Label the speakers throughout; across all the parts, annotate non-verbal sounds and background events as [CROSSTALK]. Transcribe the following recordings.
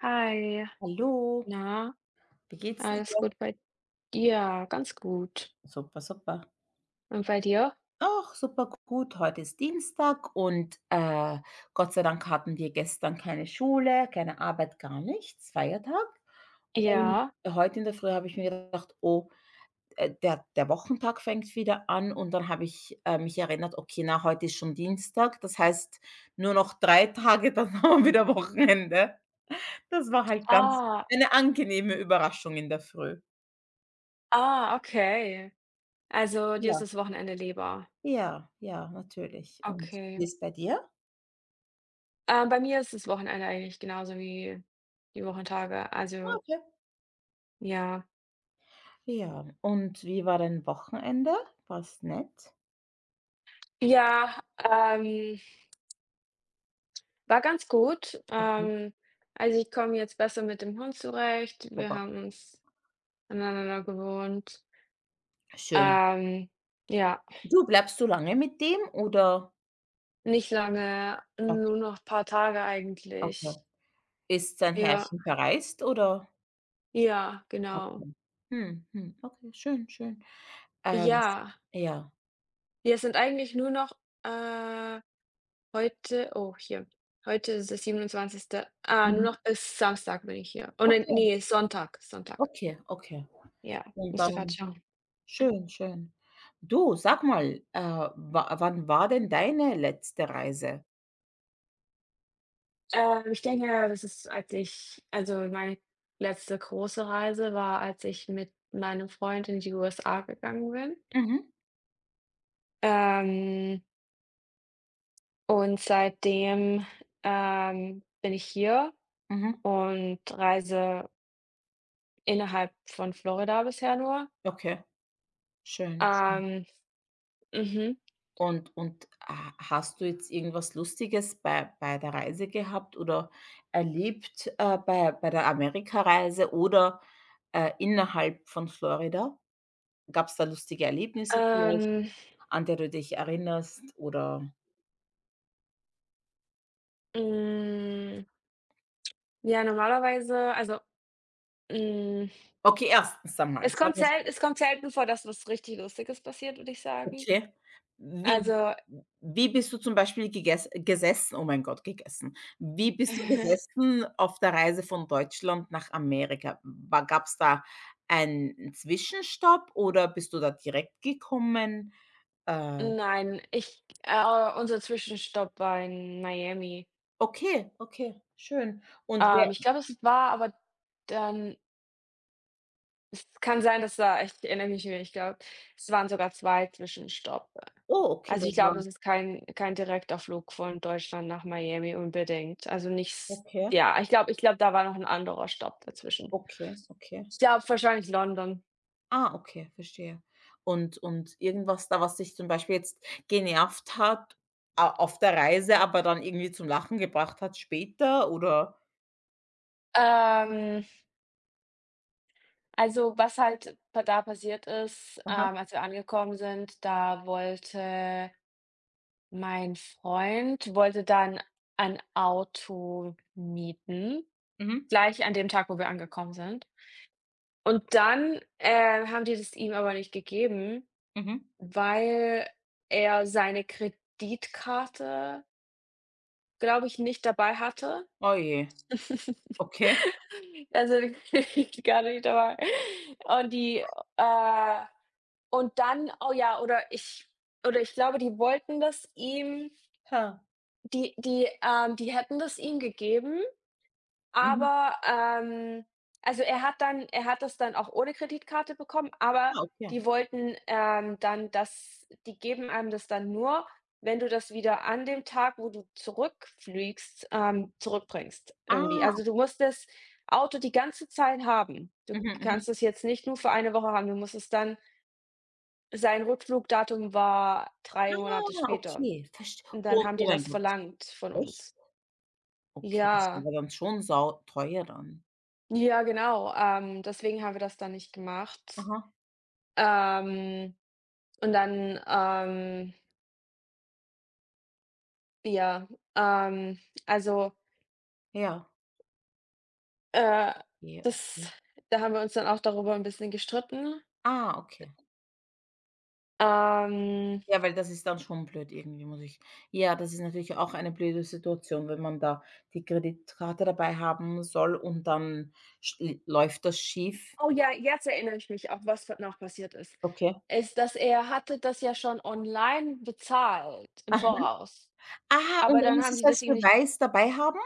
Speaker 1: Hi.
Speaker 2: Hallo,
Speaker 1: Na,
Speaker 2: wie geht's
Speaker 1: alles
Speaker 2: dir?
Speaker 1: gut bei dir? Ganz gut.
Speaker 2: Super, super.
Speaker 1: Und bei dir?
Speaker 2: Auch super gut. Heute ist Dienstag und Gott sei Dank hatten wir gestern keine Schule, keine Arbeit, gar nichts, Feiertag. Und
Speaker 1: Ja.
Speaker 2: heute in der Früh habe ich mir gedacht, oh, der Wochentag fängt wieder an und dann habe ich mich erinnert, okay, na, heute ist schon Dienstag, das heißt nur noch 3 Tage, dann [LAUGHS] haben wir wieder Wochenende. Das war halt ganz
Speaker 1: Ah,
Speaker 2: eine angenehme Überraschung in der Früh.
Speaker 1: okay. Also dir ist
Speaker 2: Ja.
Speaker 1: das Wochenende lieber.
Speaker 2: Ja, ja, natürlich. Und wie
Speaker 1: Okay.
Speaker 2: ist bei dir?
Speaker 1: Bei mir ist das Wochenende eigentlich genauso wie die Wochentage.
Speaker 2: Ah,
Speaker 1: Also
Speaker 2: okay.
Speaker 1: ja.
Speaker 2: Ja, und wie war dein Wochenende? War's nett?
Speaker 1: Ja, ähm, war ganz gut.
Speaker 2: Okay,
Speaker 1: Also ich komme jetzt besser mit dem Hund zurecht. Wir
Speaker 2: super.
Speaker 1: haben uns aneinander gewohnt.
Speaker 2: Schön.
Speaker 1: Ähm, ja.
Speaker 2: Du, bleibst du lange mit dem oder
Speaker 1: Nicht lange,
Speaker 2: ok
Speaker 1: nur noch ein paar Tage
Speaker 2: okay.
Speaker 1: eigentlich.
Speaker 2: Ist sein
Speaker 1: Ja,
Speaker 2: Herrchen verreist oder?
Speaker 1: ja, genau.
Speaker 2: Okay. Mhm, mhm, okay, schön, schön. Ähm,
Speaker 1: Ja,
Speaker 2: ja.
Speaker 1: wir sind eigentlich nur noch, äh, heute hier. Heute ist das siebenundzwanzigste. Ah, nur
Speaker 2: Mhm.
Speaker 1: noch bis Samstag bin ich hier. Oh, ne,
Speaker 2: Okay,
Speaker 1: nee, Sonntag, Sonntag.
Speaker 2: okay, okay.
Speaker 1: Ja,
Speaker 2: Und
Speaker 1: musste gerade
Speaker 2: dann
Speaker 1: schauen.
Speaker 2: schön, schön. Du, sag mal, wa wann war denn deine letzte Reise?
Speaker 1: Ich denke, das ist, als ich, also, meine letzte große Reise war, als ich mit meinem Freund in die USA gegangen bin.
Speaker 2: Mhm,
Speaker 1: Ähm Und seitdem, bin ich hier
Speaker 2: mhm,
Speaker 1: und reise innerhalb von Florida bisher nur.
Speaker 2: okay. Schön.
Speaker 1: Ähm, mhm.
Speaker 2: Und ha hast du jetzt irgendwas Lustiges bei der Reise gehabt oder erlebt, bei der Amerikareise oder, innerhalb von Florida? Gab es da lustige Erlebnisse vielleicht,
Speaker 1: Ähm,
Speaker 2: an der du dich erinnerst oder
Speaker 1: hm, ja, normalerweise, also, hm,
Speaker 2: okay, erstens einmal, sagen wir's
Speaker 1: es kommt selten vor, dass was richtig Lustiges passiert, würde ich sagen.
Speaker 2: okay. Wie
Speaker 1: Also,
Speaker 2: wie bist du zum Beispiel gegess gesessen? Oh mein Gott, gegessen. Wie bist du
Speaker 1: [LAUGHS]
Speaker 2: gesessen auf der Reise von Deutschland nach Amerika? War gab's da einen Zwischenstopp oder bist du da direkt gekommen? Äh,
Speaker 1: nein, ich unser Zwischenstopp war in Miami.
Speaker 2: okay, okay, schön. Und wer
Speaker 1: Ich glaube, es war aber dann. Es kann sein, dass da, ich erinnere mich nicht mehr, ich glaube, es waren sogar 2 Zwischenstopp.
Speaker 2: oh, okay,
Speaker 1: Also, ich
Speaker 2: das war
Speaker 1: glaube, es ist kein direkter Flug von Deutschland nach Miami unbedingt. Also, nichts.
Speaker 2: okay,
Speaker 1: Ja, ich glaube, da war noch ein anderer Stopp dazwischen.
Speaker 2: okay, okay.
Speaker 1: Ich glaube wahrscheinlich London.
Speaker 2: Ah, okay, verstehe. Und irgendwas da, was dich zum Beispiel jetzt genervt hat a auf der Reise, aber dann irgendwie zum Lachen gebracht hat später oder?
Speaker 1: Ähm, also, was halt pa da passiert ist,
Speaker 2: Aha.
Speaker 1: als wir angekommen sind, da wollte mein Freund wollte dann ein Auto mieten,
Speaker 2: Mhm.
Speaker 1: gleich an dem Tag, wo wir angekommen sind. Und dann, haben die das ihm aber nicht gegeben,
Speaker 2: Mhm.
Speaker 1: weil er seine Kreditkarte, glaube ich, nicht dabei hatte.
Speaker 2: Oh je. Okay.
Speaker 1: [LAUGHS] Also, die Kreditkarte nicht dabei. Und die äh, und dann oh ja, oder ich glaube, die wollten das ihm,
Speaker 2: Ha.
Speaker 1: die hätten das ihm gegeben.
Speaker 2: Mhm.
Speaker 1: Aber, also, er hat das dann auch ohne Kreditkarte bekommen, aber
Speaker 2: Ah, okay.
Speaker 1: die wollten, dann, dass die geben einem das dann nur, wenn du das wieder an dem Tag, wo du zurückfliegst, zurückbringst irgendwie.
Speaker 2: Ah.
Speaker 1: Also, du musst das Auto die ganze Zeit haben. Du
Speaker 2: Mhm, mhm.
Speaker 1: kannst es jetzt nicht nur für eine Woche haben, du musst es dann, sein Rückflugdatum war drei Monate
Speaker 2: Ah,
Speaker 1: später,
Speaker 2: okay, verst
Speaker 1: und dann
Speaker 2: oh
Speaker 1: haben die
Speaker 2: oh mein
Speaker 1: das
Speaker 2: Gott,
Speaker 1: verlangt von
Speaker 2: echt?
Speaker 1: uns.
Speaker 2: Okay, das
Speaker 1: Ja.
Speaker 2: war dann schon sau teuer dann.
Speaker 1: Ja, genau. Deswegen haben wir das dann nicht gemacht.
Speaker 2: Aha,
Speaker 1: Ähm, und dann, ähm, ja, ähm, also,
Speaker 2: ja.
Speaker 1: äh,
Speaker 2: Ja,
Speaker 1: das
Speaker 2: okay.
Speaker 1: da haben wir uns dann auch darüber ein bisschen gestritten.
Speaker 2: Ah, okay.
Speaker 1: Ähm,
Speaker 2: Ja, weil das ist dann schon blöd irgendwie, muss ich ja, das ist natürlich auch eine blöde Situation, wenn man da die Kreditkarte dabei haben soll und dann sch läuft das schief.
Speaker 1: oh ja, jetzt erinnere ich mich auch, was dann noch passiert ist,
Speaker 2: Okay.
Speaker 1: ist, dass er hatte das ja schon online bezahlt
Speaker 2: [LAUGHS]
Speaker 1: im
Speaker 2: Aha.
Speaker 1: Voraus,
Speaker 2: Ah, und
Speaker 1: aber
Speaker 2: er
Speaker 1: dann
Speaker 2: muss
Speaker 1: haben
Speaker 2: es
Speaker 1: die
Speaker 2: als
Speaker 1: das ihm nicht
Speaker 2: Beweis dabei haben?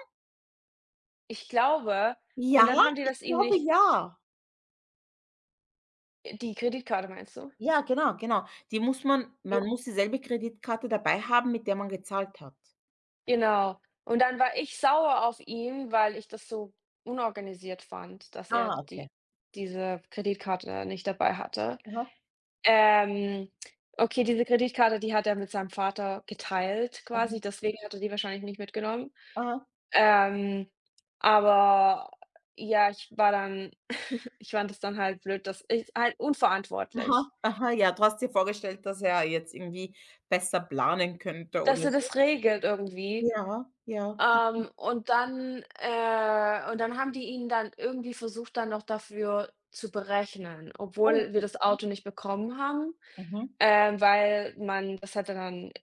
Speaker 1: ich glaube,
Speaker 2: Ja,
Speaker 1: und dann haben die
Speaker 2: ich
Speaker 1: das ihm
Speaker 2: glaube,
Speaker 1: nicht
Speaker 2: ja.
Speaker 1: die Kreditkarte meinst du?
Speaker 2: Ja, genau, genau. Die muss man man muss dieselbe Kreditkarte dabei haben, mit der man gezahlt hat.
Speaker 1: Genau. Und dann war ich sauer auf ihn, weil ich das so unorganisiert fand, dass er
Speaker 2: Ah, okay.
Speaker 1: diese Kreditkarte nicht dabei hatte.
Speaker 2: Aha,
Speaker 1: Ähm, okay, diese Kreditkarte, die hat er mit seinem Vater geteilt
Speaker 2: aha,
Speaker 1: quasi, deswegen hat er die wahrscheinlich nicht mitgenommen.
Speaker 2: aha,
Speaker 1: Ähm, aber ja, ich war dann [LAUGHS] ich fand es dann halt blöd, dass ich halt
Speaker 2: aha,
Speaker 1: unverantwortlich.
Speaker 2: aha. Ja, du hast dir vorgestellt, dass er jetzt irgendwie besser planen könnte
Speaker 1: Dass
Speaker 2: oder
Speaker 1: er
Speaker 2: so.
Speaker 1: das regelt irgendwie.
Speaker 2: Ja, ja. Mhm.
Speaker 1: Und dann haben die ihn dann irgendwie versucht, dann noch dafür zu berechnen, obwohl wir
Speaker 2: Oh,
Speaker 1: das Auto nicht bekommen haben,
Speaker 2: mhm.
Speaker 1: weil man das hätte dann,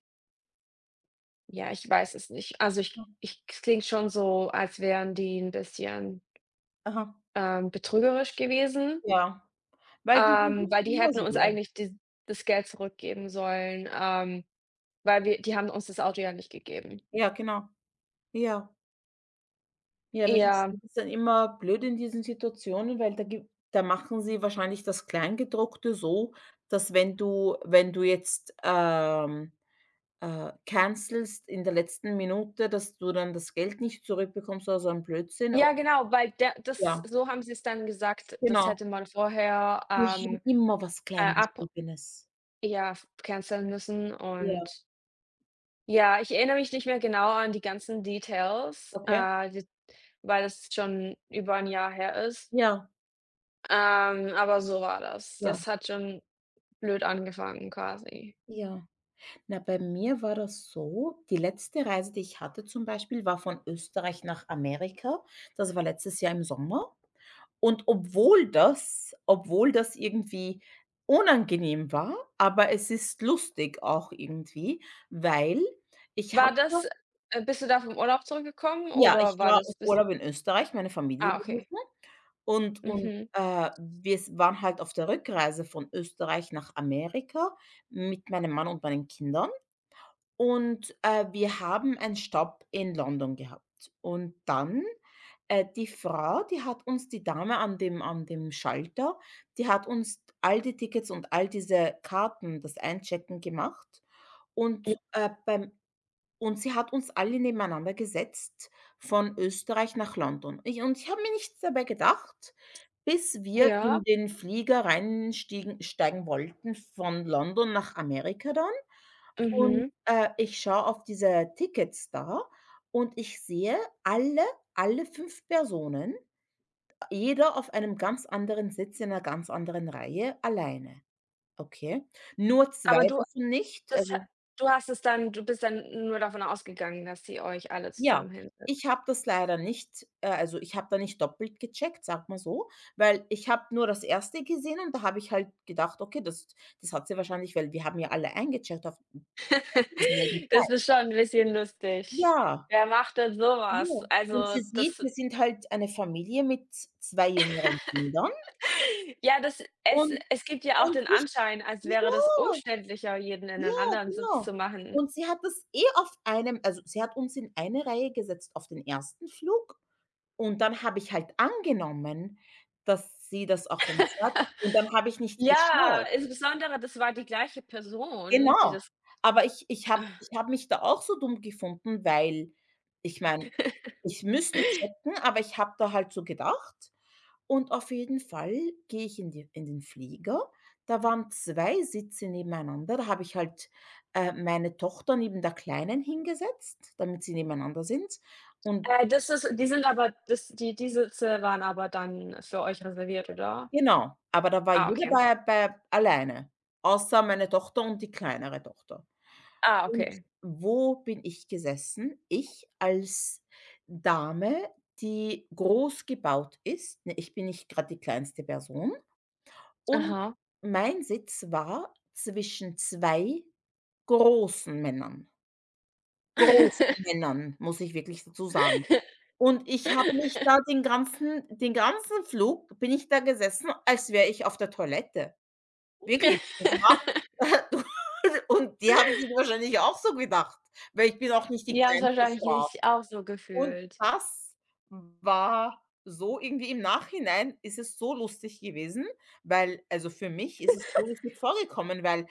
Speaker 1: ja, ich weiß es nicht. Also, ich
Speaker 2: Mhm.
Speaker 1: ich es klingt schon so, als wären die ein bisschen,
Speaker 2: Aha,
Speaker 1: betrügerisch gewesen,
Speaker 2: ja. Weil die
Speaker 1: weil
Speaker 2: versuchen
Speaker 1: die
Speaker 2: immer
Speaker 1: hätten
Speaker 2: so,
Speaker 1: uns
Speaker 2: ja.
Speaker 1: eigentlich dis das Geld zurückgeben sollen, weil wir die haben uns das Auto ja nicht gegeben.
Speaker 2: Ja, genau. Ja. Ja, das ist
Speaker 1: Ja.
Speaker 2: das ist dann immer blöd in diesen Situationen, weil da machen sie wahrscheinlich das Kleingedruckte so, dass wenn du jetzt, cancelst in der letzten Minute, dass du dann das Geld nicht zurückbekommst oder so ein Blödsinn und
Speaker 1: Ja, genau, weil der das
Speaker 2: ja,
Speaker 1: so haben sie es dann gesagt, das
Speaker 2: genau.
Speaker 1: hätte man vorher,
Speaker 2: Die haben immer was
Speaker 1: ab
Speaker 2: Kleingeschriebenes.
Speaker 1: ja, canceln müssen
Speaker 2: Ja,
Speaker 1: und ja, ich erinnere mich nicht mehr genau an die ganzen Details,
Speaker 2: okay.
Speaker 1: d weil es schon über ein Jahr her ist.
Speaker 2: Ja,
Speaker 1: Aber so war das.
Speaker 2: ja,
Speaker 1: Das hat schon blöd angefangen quasi.
Speaker 2: ja. Na, bei mir war das so, die letzte Reise, die ich hatte zum Beispiel, war von Österreich nach Amerika. Das war letztes Jahr im Sommer. Und obwohl das irgendwie unangenehm war, aber es ist lustig auch irgendwie, weil ich habe
Speaker 1: War das bist du da vom Urlaub zurückgekommen
Speaker 2: ja, ich
Speaker 1: oder war
Speaker 2: war im
Speaker 1: das bis
Speaker 2: Urlaub in Österreich, meine Familie
Speaker 1: ah, okay.
Speaker 2: besuchen und
Speaker 1: Mhm.
Speaker 2: wir s waren halt auf der Rückreise von Österreich nach Amerika mit meinem Mann und meinen Kindern. Und, wir haben einen Stopp in London gehabt. Und dann, die Frau, die hat uns die Dame an dem Schalter, die hat uns all die Tickets und all diese Karten, das Einchecken gemacht und, äh, beim und sie hat uns alle nebeneinander gesetzt von Österreich nach London. Ich und ich habe mir nichts dabei gedacht. Bis wir
Speaker 1: Ja,
Speaker 2: in den Flieger reinstiegen steigen wollten von London nach Amerika dann
Speaker 1: mhm.
Speaker 2: ich schaue auf diese Tickets da und ich sehe alle alle 5 Personen, jeder auf einem ganz anderen Sitz in 'ner ganz anderen Reihe alleine, okay? Nur
Speaker 1: Aber
Speaker 2: 2
Speaker 1: du
Speaker 2: davon nicht,
Speaker 1: das ha
Speaker 2: also,
Speaker 1: du hast es dann, du bist dann nur davon ausgegangen, dass ihr euch alle
Speaker 2: ja,
Speaker 1: zusammen
Speaker 2: ich
Speaker 1: hinsetzt.
Speaker 2: habe das leider nicht also, ich habe da nicht doppelt gecheckt, sag mal so, weil ich habe nur das Erste gesehen und da habe ich halt gedacht: „Okay, das hat sie wahrscheinlich" weil wir haben ja alle eingecheckt auf dieselbe
Speaker 1: [LAUGHS] Das
Speaker 2: Zeit.
Speaker 1: ist schon 'n bisschen lustig.
Speaker 2: Ja,
Speaker 1: Wer macht denn so was?
Speaker 2: ja. Und
Speaker 1: Also,
Speaker 2: sie sieht,
Speaker 1: das,
Speaker 2: wir sind halt eine Familie mit 2 jüngeren Kindern
Speaker 1: ja, das es
Speaker 2: und
Speaker 1: es gibt ja auch
Speaker 2: und
Speaker 1: den
Speaker 2: ich
Speaker 1: Anschein, als wäre das
Speaker 2: ja,
Speaker 1: umständlicher, jeden in
Speaker 2: ja,
Speaker 1: 'nen anderen Sitz
Speaker 2: genau.
Speaker 1: zu machen.
Speaker 2: Und sie hat das eh auf einem also, sie hat uns in eine Reihe gesetzt auf den ersten Flug. Und dann habe ich halt angenommen, dass sie das auch bei uns hat und dann habe ich nicht
Speaker 1: Ja,
Speaker 2: geschaut.
Speaker 1: insbesondere das war die gleiche Person, die
Speaker 2: Genau.
Speaker 1: das.
Speaker 2: Aber ich ich habe
Speaker 1: [LAUGHS]
Speaker 2: ich habe mich da auch so dumm gefunden, weil ich meine, ich müsste checken, aber ich habe da halt so gedacht und auf jeden Fall gehe ich in den Flieger. Da waren 2 Sitze nebeneinander. Da habe ich halt, meine Tochter neben der Kleinen hingesetzt, damit sie nebeneinander sind und
Speaker 1: Das ist, die sind aber das, die die Sitze waren aber dann für euch reserviert, oder?
Speaker 2: Genau, aber da war
Speaker 1: Ah,
Speaker 2: jeder
Speaker 1: okay.
Speaker 2: bei bei alleine, außer meine Tochter und die kleinere Tochter.
Speaker 1: Ah,
Speaker 2: Und
Speaker 1: okay.
Speaker 2: wo bin ich gesessen? Ich als Dame, die groß gebaut ist, ne, ich bin nicht gerade die kleinste Person und
Speaker 1: Aha.
Speaker 2: mein Sitz war zwischen 2 großen Männern. Großen
Speaker 1: [LAUGHS]
Speaker 2: Männern, muss ich wirklich dazu sagen. Und ich habe mich da den ganzen Flug bin ich da gesessen, als wäre ich auf der Toilette. Wirklich, das war [LAUGHS] du und die haben sich wahrscheinlich auch so gedacht, weil ich bin auch nicht die
Speaker 1: Die haben's
Speaker 2: kleinste
Speaker 1: wahrscheinlich
Speaker 2: Frau.
Speaker 1: sich auch so
Speaker 2: Und
Speaker 1: gefühlt.
Speaker 2: das war so irgendwie im Nachhinein ist es so lustig gewesen, weil also, für mich ist es so lustig vorgekommen, weil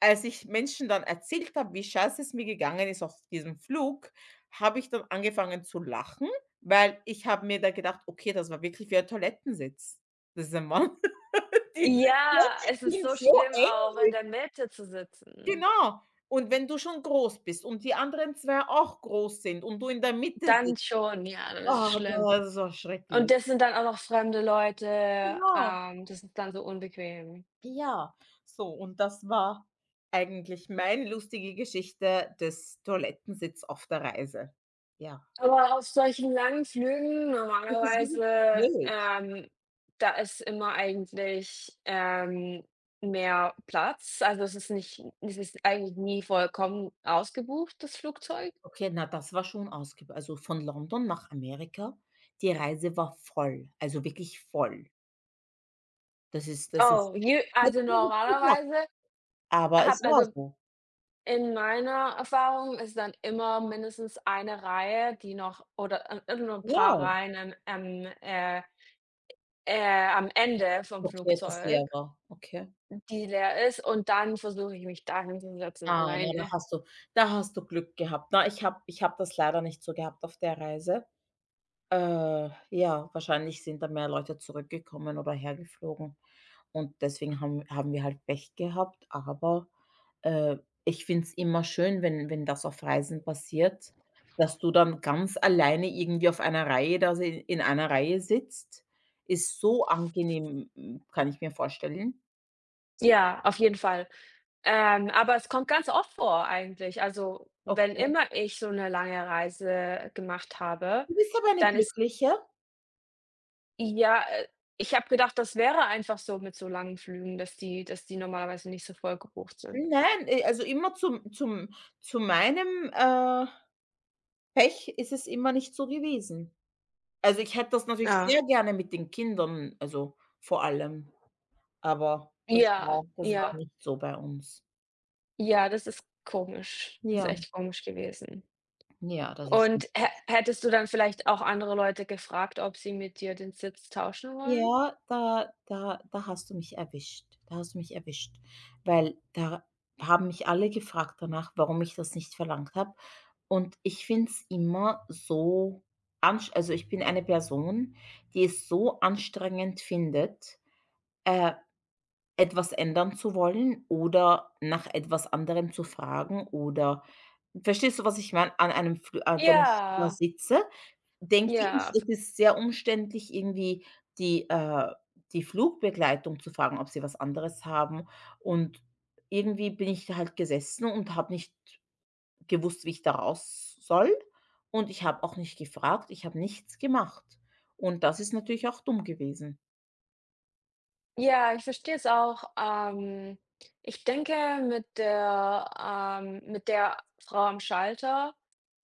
Speaker 2: als ich Menschen dann erzählt habe, wie scheiße es mir gegangen ist auf diesem Flug, habe ich dann angefangen zu lachen, weil ich habe mir da gedacht: „Okay, das war wirklich wie ein Toilettensitz. Diese Mann, [LAUGHS] die
Speaker 1: Ja,
Speaker 2: sitzen
Speaker 1: es ist
Speaker 2: sind
Speaker 1: so
Speaker 2: so
Speaker 1: schlimm
Speaker 2: eng."
Speaker 1: auch, in der Mitte zu sitzen.
Speaker 2: Genau. Und wenn du schon groß bist und die anderen 2 auch groß sind und du in der Mitte
Speaker 1: Dann
Speaker 2: sitzt,
Speaker 1: schon, ja, dann ist es
Speaker 2: ah,
Speaker 1: schlimm.
Speaker 2: das ist so schrecklich.
Speaker 1: Und das sind dann auch noch fremde Leute,
Speaker 2: Genau.
Speaker 1: das ist dann so unbequem.
Speaker 2: Ja, so und das war eigentlich meine lustige Geschichte des Toilettensitz auf der Reise. Ja.
Speaker 1: Aber auf solchen langen Flügen
Speaker 2: Das ist wirklich
Speaker 1: normalerweise,
Speaker 2: blöd.
Speaker 1: da ist immer eigentlich, mehr Platz. Also, es ist nicht, es ist eigentlich nie vollkommen ausgebucht, das Flugzeug.
Speaker 2: Okay, na, das war schon ausgib also von London nach Amerika, die Reise war voll, also wirklich voll. Das ist
Speaker 1: Oh, je
Speaker 2: hätte
Speaker 1: also,
Speaker 2: ich mir nicht gedacht,
Speaker 1: normalerweise
Speaker 2: aber
Speaker 1: habe
Speaker 2: es war
Speaker 1: also,
Speaker 2: so.
Speaker 1: in meiner Erfahrung ist dann immer mindestens eine Reihe, die noch, oder, nur ein paar
Speaker 2: Ja.
Speaker 1: Reihen am, äh am Ende vom
Speaker 2: Okay, das leer
Speaker 1: Flugzeug.
Speaker 2: war. Okay.
Speaker 1: Die leer ist, und dann versuche ich mich dahin zu setzen
Speaker 2: Ah, na, da
Speaker 1: alleine.
Speaker 2: hast du da hast du Glück gehabt. Na, ich habe das leider nicht so gehabt auf der Reise. Ja, wahrscheinlich sind da mehr Leute zurückgekommen oder hergeflogen und deswegen haben wir halt Pech gehabt, aber, äh, ich finde es immer schön, wenn das auf Reisen passiert, dass du dann ganz alleine irgendwie auf einer Reihe da si in einer Reihe sitzt. Ist so angenehm, kann ich mir vorstellen.
Speaker 1: Ja, auf jeden Fall. Aber es kommt ganz oft vor eigentlich. Also, wenn
Speaker 2: Okay.
Speaker 1: immer ich so 'ne lange Reise gemacht habe,
Speaker 2: Du bist aber eine
Speaker 1: dann ist
Speaker 2: Glückliche.
Speaker 1: ja, ich habe gedacht, das wäre einfach so mit so langen Flügen, dass die normalerweise nicht so voll gebucht sind.
Speaker 2: Nein, also immer zum zum zu meinem, äh, Pech ist es immer nicht so gewesen. Also, ich hätte das natürlich sehr
Speaker 1: Ah,
Speaker 2: gerne mit den Kindern, also, vor allem, aber das
Speaker 1: ja,
Speaker 2: war das war
Speaker 1: ja,
Speaker 2: nicht so bei uns.
Speaker 1: ja, das ist komisch. Das ist
Speaker 2: Ja,
Speaker 1: echt komisch gewesen.
Speaker 2: ja, das ist nicht
Speaker 1: Und hä
Speaker 2: so.
Speaker 1: hättest du dann vielleicht auch andere Leute gefragt, ob sie mit dir den Sitz tauschen wollen?
Speaker 2: Ja, da hast du mich erwischt. Da hast du mich erwischt, weil da haben mich alle gefragt danach, warum ich das nicht verlangt habe. Und ich finde es immer so ansch also, ich bin eine Person, die es so anstrengend findet, äh, etwas ändern zu wollen oder nach etwas anderem zu fragen oder verstehst du, was ich meine? An einem Fl Wenn ich da
Speaker 1: Ja,
Speaker 2: sitze denke ich,
Speaker 1: ja,
Speaker 2: es
Speaker 1: f
Speaker 2: ist sehr umständlich, irgendwie die äh, die Flugbegleitung zu fragen, ob sie was anderes haben. Und irgendwie bin ich halt gesessen und habe nicht gewusst, wie ich da raus soll. Und ich habe auch nicht gefragt, ich habe nichts gemacht. Und das ist natürlich auch dumm gewesen.
Speaker 1: ja, ich verstehe es auch. Ich denke, mit der mit der Frau am Schalter,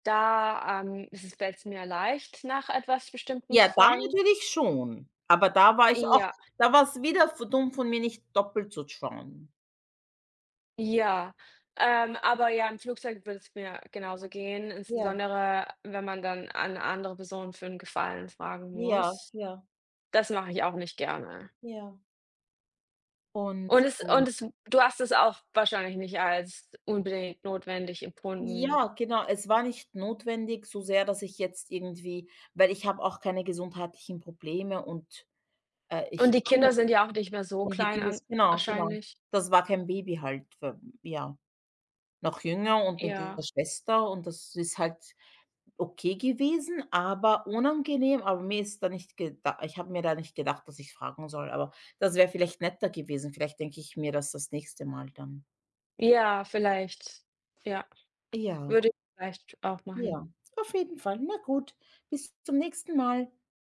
Speaker 1: da, ist es fällt's mir leicht, nach etwas Bestimmtem
Speaker 2: Ja,
Speaker 1: zu
Speaker 2: da
Speaker 1: fragen.
Speaker 2: natürlich schon. Aber
Speaker 1: Ja.
Speaker 2: da war es wieder v dumm von mir, nicht doppelt zu schauen.
Speaker 1: Ja, aber ja, im Flugzeug würde es mir genauso gehen,
Speaker 2: Ja.
Speaker 1: insbesondere wenn man dann an andere Personen für 'n Gefallen fragen
Speaker 2: Ja,
Speaker 1: muss.
Speaker 2: ja,
Speaker 1: Das mache ich auch nicht gerne.
Speaker 2: ja. Und, äh
Speaker 1: Und es, du hast es auch wahrscheinlich nicht als unbedingt notwendig empfunden.
Speaker 2: Ja, genau. Es war nicht notwendig so sehr, dass ich jetzt irgendwie weil ich habe auch keine gesundheitlichen Probleme und,
Speaker 1: Und
Speaker 2: ich
Speaker 1: die
Speaker 2: kann
Speaker 1: Kinder
Speaker 2: das
Speaker 1: sind ja auch nicht mehr
Speaker 2: [LAUGHS]
Speaker 1: so
Speaker 2: und die
Speaker 1: klein
Speaker 2: Kinder
Speaker 1: an
Speaker 2: genau, genau.
Speaker 1: wahrscheinlich.
Speaker 2: Das war kein Baby halt, w ja, noch jünger und mit
Speaker 1: Ja.
Speaker 2: der Schwester und das ist halt okay gewesen, aber unangenehm, aber mir ist da nicht gedacht, ich habe mir da nicht gedacht, dass ich fragen soll, aber das wäre vielleicht netter gewesen. Vielleicht denke ich mir das das nächste Mal dann.
Speaker 1: Ja, vielleicht. Ja,
Speaker 2: Ja,
Speaker 1: würde ich vielleicht auch machen.
Speaker 2: ja, auf jeden Fall. Na gut, bis zum nächsten Mal.